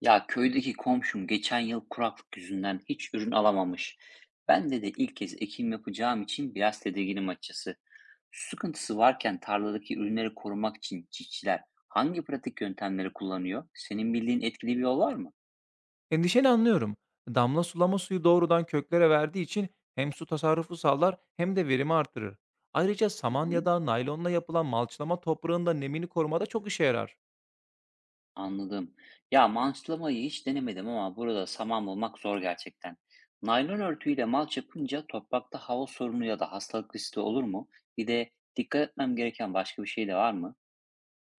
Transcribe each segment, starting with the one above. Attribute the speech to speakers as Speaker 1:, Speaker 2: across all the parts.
Speaker 1: Ya köydeki komşum geçen yıl kuraklık yüzünden hiç ürün alamamış. Ben de ilk kez ekim yapacağım için biraz tedirginim açıkçası. Su sıkıntısı varken tarladaki ürünleri korumak için çiftçiler hangi pratik yöntemleri kullanıyor? Senin bildiğin etkili bir yol var mı?
Speaker 2: Endişeni anlıyorum. Damla sulama suyu doğrudan köklere verdiği için hem su tasarrufu sağlar hem de verimi artırır. Ayrıca
Speaker 1: Hı
Speaker 2: saman
Speaker 1: hı,
Speaker 2: ya da naylonla yapılan malçlama toprağın da nemini korumada çok işe yarar.
Speaker 1: anladım. Ya mançlamayı hiç denemedim ama burada saman bulmak zor gerçekten. Naylon örtüyle malç yapınca toprakta hava sorunu ya da hastalık riski olur mu? Bir de dikkat etmem gereken başka bir şey de var mı?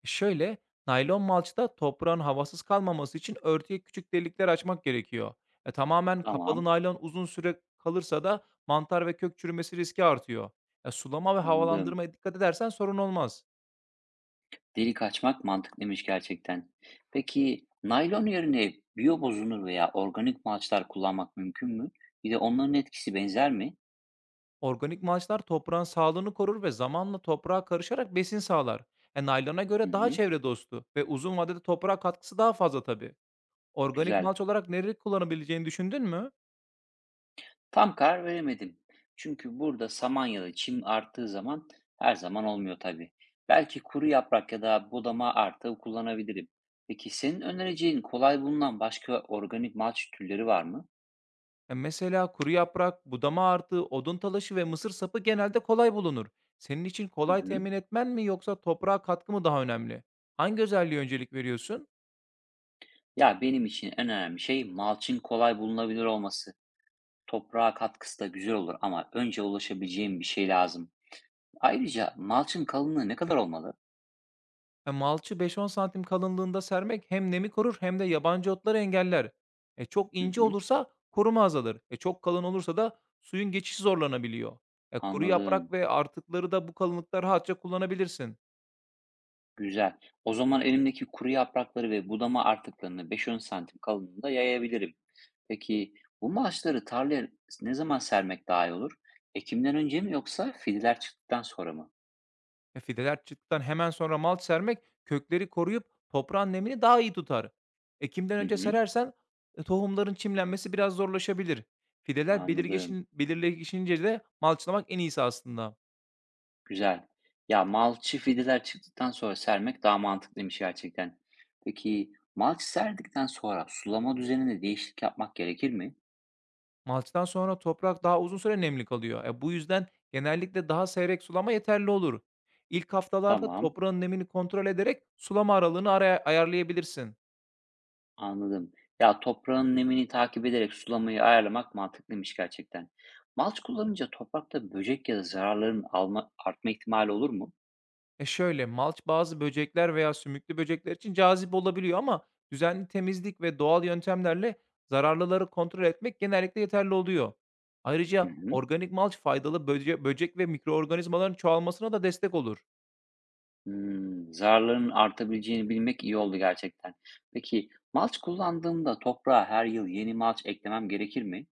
Speaker 2: E, Şöyle, Naylon malçta toprağın havasız kalmaması için örtüye küçük delikler açmak gerekiyor. Tamamen kapalı
Speaker 1: Tamam.
Speaker 2: naylon uzun süre kalırsa da mantar ve kök çürümesi riski artıyor. Sulama ve
Speaker 1: Anladım.
Speaker 2: havalandırmaya dikkat edersen sorun olmaz.
Speaker 1: Delik açmak mantıklıymış gerçekten. Peki naylon yerine biyobozunur veya organik malçlar kullanmak mümkün mü? Bir de onların etkisi benzer mi?
Speaker 2: Organik malçlar toprağın sağlığını korur ve zamanla toprağa karışarak besin sağlar. Naylona
Speaker 1: Hı
Speaker 2: göre daha
Speaker 1: hı,
Speaker 2: çevre dostu ve uzun vadede toprağa katkısı daha fazla tabii. Organik
Speaker 1: güzel.
Speaker 2: malç olarak neleri kullanabileceğini düşündün mü?
Speaker 1: Tam karar veremedim. Çünkü burada samanyalı çim arttığı zaman her zaman olmuyor tabii. Belki kuru yaprak ya da budama artığı kullanabilirim. Peki senin önereceğin kolay bulunan başka organik malç türleri var mı?
Speaker 2: Mesela kuru yaprak, budama artığı, odun talaşı ve mısır sapı genelde kolay bulunur. Senin için
Speaker 1: Hı
Speaker 2: kolay
Speaker 1: hı.
Speaker 2: temin etmen mi yoksa toprağa katkı mı daha önemli? Hangi özelliğe öncelik veriyorsun?
Speaker 1: Ya benim için en önemli şey malçın kolay bulunabilir olması. Toprağa katkısı da güzel olur ama önce ulaşabileceğim bir şey lazım. Ayrıca malçın kalınlığı ne kadar olmalı?
Speaker 2: Malçı 5-10 santim kalınlığında sermek hem nemi korur hem de yabancı otları engeller. Çok
Speaker 1: Hı
Speaker 2: ince
Speaker 1: hı.
Speaker 2: olursa koruma azalır. Çok kalın olursa da suyun geçişi zorlanabiliyor. Kuru yaprak
Speaker 1: Anladım.
Speaker 2: ve artıkları da bu kalınlıkta rahatça kullanabilirsin.
Speaker 1: Güzel. O zaman elimdeki kuru yaprakları ve budama artıklarını 5-10 santim kalınlığında yayabilirim. Peki bu malçları tarlaya ne zaman sermek daha iyi olur? Ekimden önce mi yoksa fideler çıktıktan sonra mı?
Speaker 2: Fideler çıktıktan hemen sonra malç sermek kökleri koruyup toprağın nemini daha iyi tutar. Ekimden
Speaker 1: Hı
Speaker 2: önce
Speaker 1: hı.
Speaker 2: serersen tohumların çimlenmesi biraz zorlaşabilir. Fideler
Speaker 1: Anladım.
Speaker 2: belirleşince de malçlamak en iyisi aslında.
Speaker 1: Güzel. Ya malçı fideler çıktıktan sonra sermek daha mantıklıymış gerçekten. Peki malç serdikten sonra sulama düzeninde değişiklik yapmak gerekir mi?
Speaker 2: Malçtan sonra toprak daha uzun süre nemli kalıyor. Bu yüzden genellikle daha seyrek sulama yeterli olur. İlk haftalarda
Speaker 1: Tamam,
Speaker 2: toprağın nemini kontrol ederek sulama aralığını araya ayarlayabilirsin.
Speaker 1: anladım. Ya toprağın nemini takip ederek sulamayı ayarlamak mantıklıymış gerçekten. Malç kullanınca toprakta böcek ya da zararların alma, artma ihtimali olur mu?
Speaker 2: Malç bazı böcekler veya sümüklü böcekler için cazip olabiliyor ama düzenli temizlik ve doğal yöntemlerle zararlıları kontrol etmek genellikle yeterli oluyor.
Speaker 1: Hı
Speaker 2: Ayrıca
Speaker 1: hı.
Speaker 2: organik malç faydalı böcek ve mikroorganizmaların çoğalmasına da destek olur.
Speaker 1: Hmm, zararların artabileceğini bilmek iyi oldu gerçekten. Peki malç kullandığımda toprağa her yıl yeni malç eklemem gerekir mi?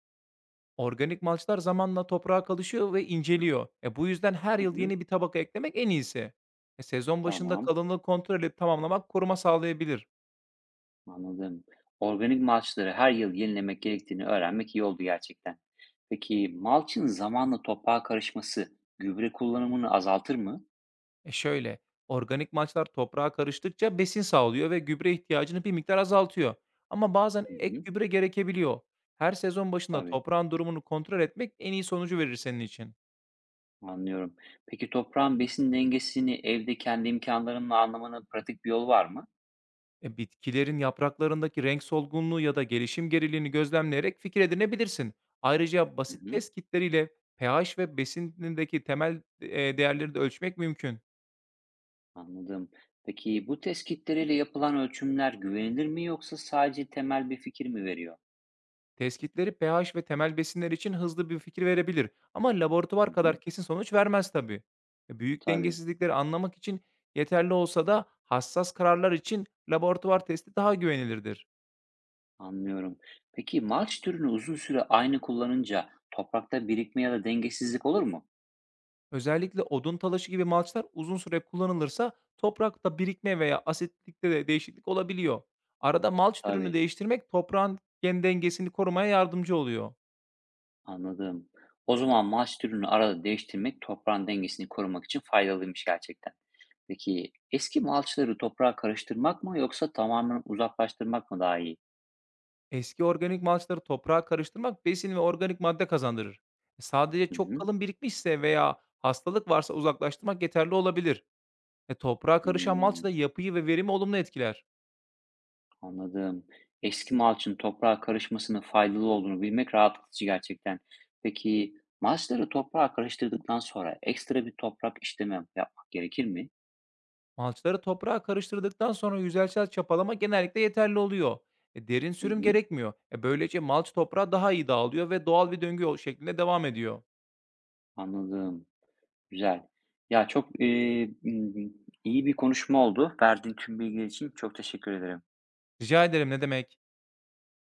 Speaker 2: Organik malçlar zamanla toprağa kalışıyor ve inceliyor. Bu yüzden her
Speaker 1: Hı
Speaker 2: yıl
Speaker 1: hı.
Speaker 2: yeni bir tabaka eklemek en iyisi. Sezon başında
Speaker 1: Tamam.
Speaker 2: kalınlığı kontrol edip tamamlamak koruma sağlayabilir.
Speaker 1: Anladım. Organik malçları her yıl yenilemek gerektiğini öğrenmek iyi oldu gerçekten. Peki malçın zamanla toprağa karışması gübre kullanımını azaltır mı?
Speaker 2: E şöyle, Organik malçlar toprağa karıştıkça besin sağlıyor ve gübre ihtiyacını bir miktar azaltıyor. Ama bazen
Speaker 1: Hı
Speaker 2: ek
Speaker 1: hı.
Speaker 2: gübre gerekebiliyor. Her sezon başında
Speaker 1: Tabii,
Speaker 2: toprağın durumunu kontrol etmek en iyi sonucu verir senin için.
Speaker 1: anlıyorum. Peki toprağın besin dengesini evde kendi imkanlarımla anlamanın pratik bir yolu var mı?
Speaker 2: Bitkilerin yapraklarındaki renk solgunluğu ya da gelişim geriliğini gözlemleyerek fikir edinebilirsin. Ayrıca
Speaker 1: Hı
Speaker 2: basit
Speaker 1: hı.
Speaker 2: test kitleriyle pH ve besinindeki temel değerleri de ölçmek mümkün.
Speaker 1: Anladım. Peki bu test kitleriyle yapılan ölçümler güvenilir mi yoksa sadece temel bir fikir mi veriyor?
Speaker 2: Test kitleri pH ve temel besinler için hızlı bir fikir verebilir ama
Speaker 1: Hı
Speaker 2: laboratuvar
Speaker 1: hı.
Speaker 2: kadar kesin sonuç vermez tabii. Büyük
Speaker 1: Tabii.
Speaker 2: dengesizlikleri anlamak için yeterli olsa da hassas kararlar için laboratuvar testi daha güvenilirdir.
Speaker 1: Anlıyorum. Peki malç türünü uzun süre aynı kullanınca toprakta birikme ya da dengesizlik olur mu?
Speaker 2: Özellikle odun talaşı gibi malçlar uzun süre kullanılırsa toprakta birikme veya asitlikte de değişiklik olabiliyor. Arada malç türünü
Speaker 1: Tabii,
Speaker 2: değiştirmek toprağın gen dengesini korumaya yardımcı oluyor.
Speaker 1: anladım. O zaman malç türünü arada değiştirmek toprağın dengesini korumak için faydalıymış gerçekten. Peki eski malçları toprağa karıştırmak mı yoksa tamamen uzaklaştırmak mı daha iyi?
Speaker 2: Eski organik malçları toprağa karıştırmak besin ve organik madde kazandırır. Sadece
Speaker 1: Hı
Speaker 2: çok
Speaker 1: hı.
Speaker 2: kalın birikmişse veya hastalık varsa uzaklaştırmak yeterli olabilir. Toprağa karışan malç
Speaker 1: Hmm.
Speaker 2: da yapıyı ve verimi olumlu etkiler.
Speaker 1: Anladım. Eski malçın toprağa karışmasının faydalı olduğunu bilmek rahatlatıcı gerçekten. Peki malçları toprağa karıştırdıktan sonra ekstra bir toprak işlemi yapmak gerekir mi?
Speaker 2: Malçları toprağa karıştırdıktan sonra yüzeysel çapalama genellikle yeterli oluyor. Derin
Speaker 1: Hı
Speaker 2: sürüm
Speaker 1: hı.
Speaker 2: gerekmiyor. Böylece malç toprağa daha iyi dağılıyor ve doğal bir döngü yol şeklinde devam ediyor.
Speaker 1: Anladım. Güzel. Ya çok e, m- iyi bir konuşma oldu. Verdiğin tüm bilgi için çok teşekkür ederim.
Speaker 2: Rica ederim ne demek?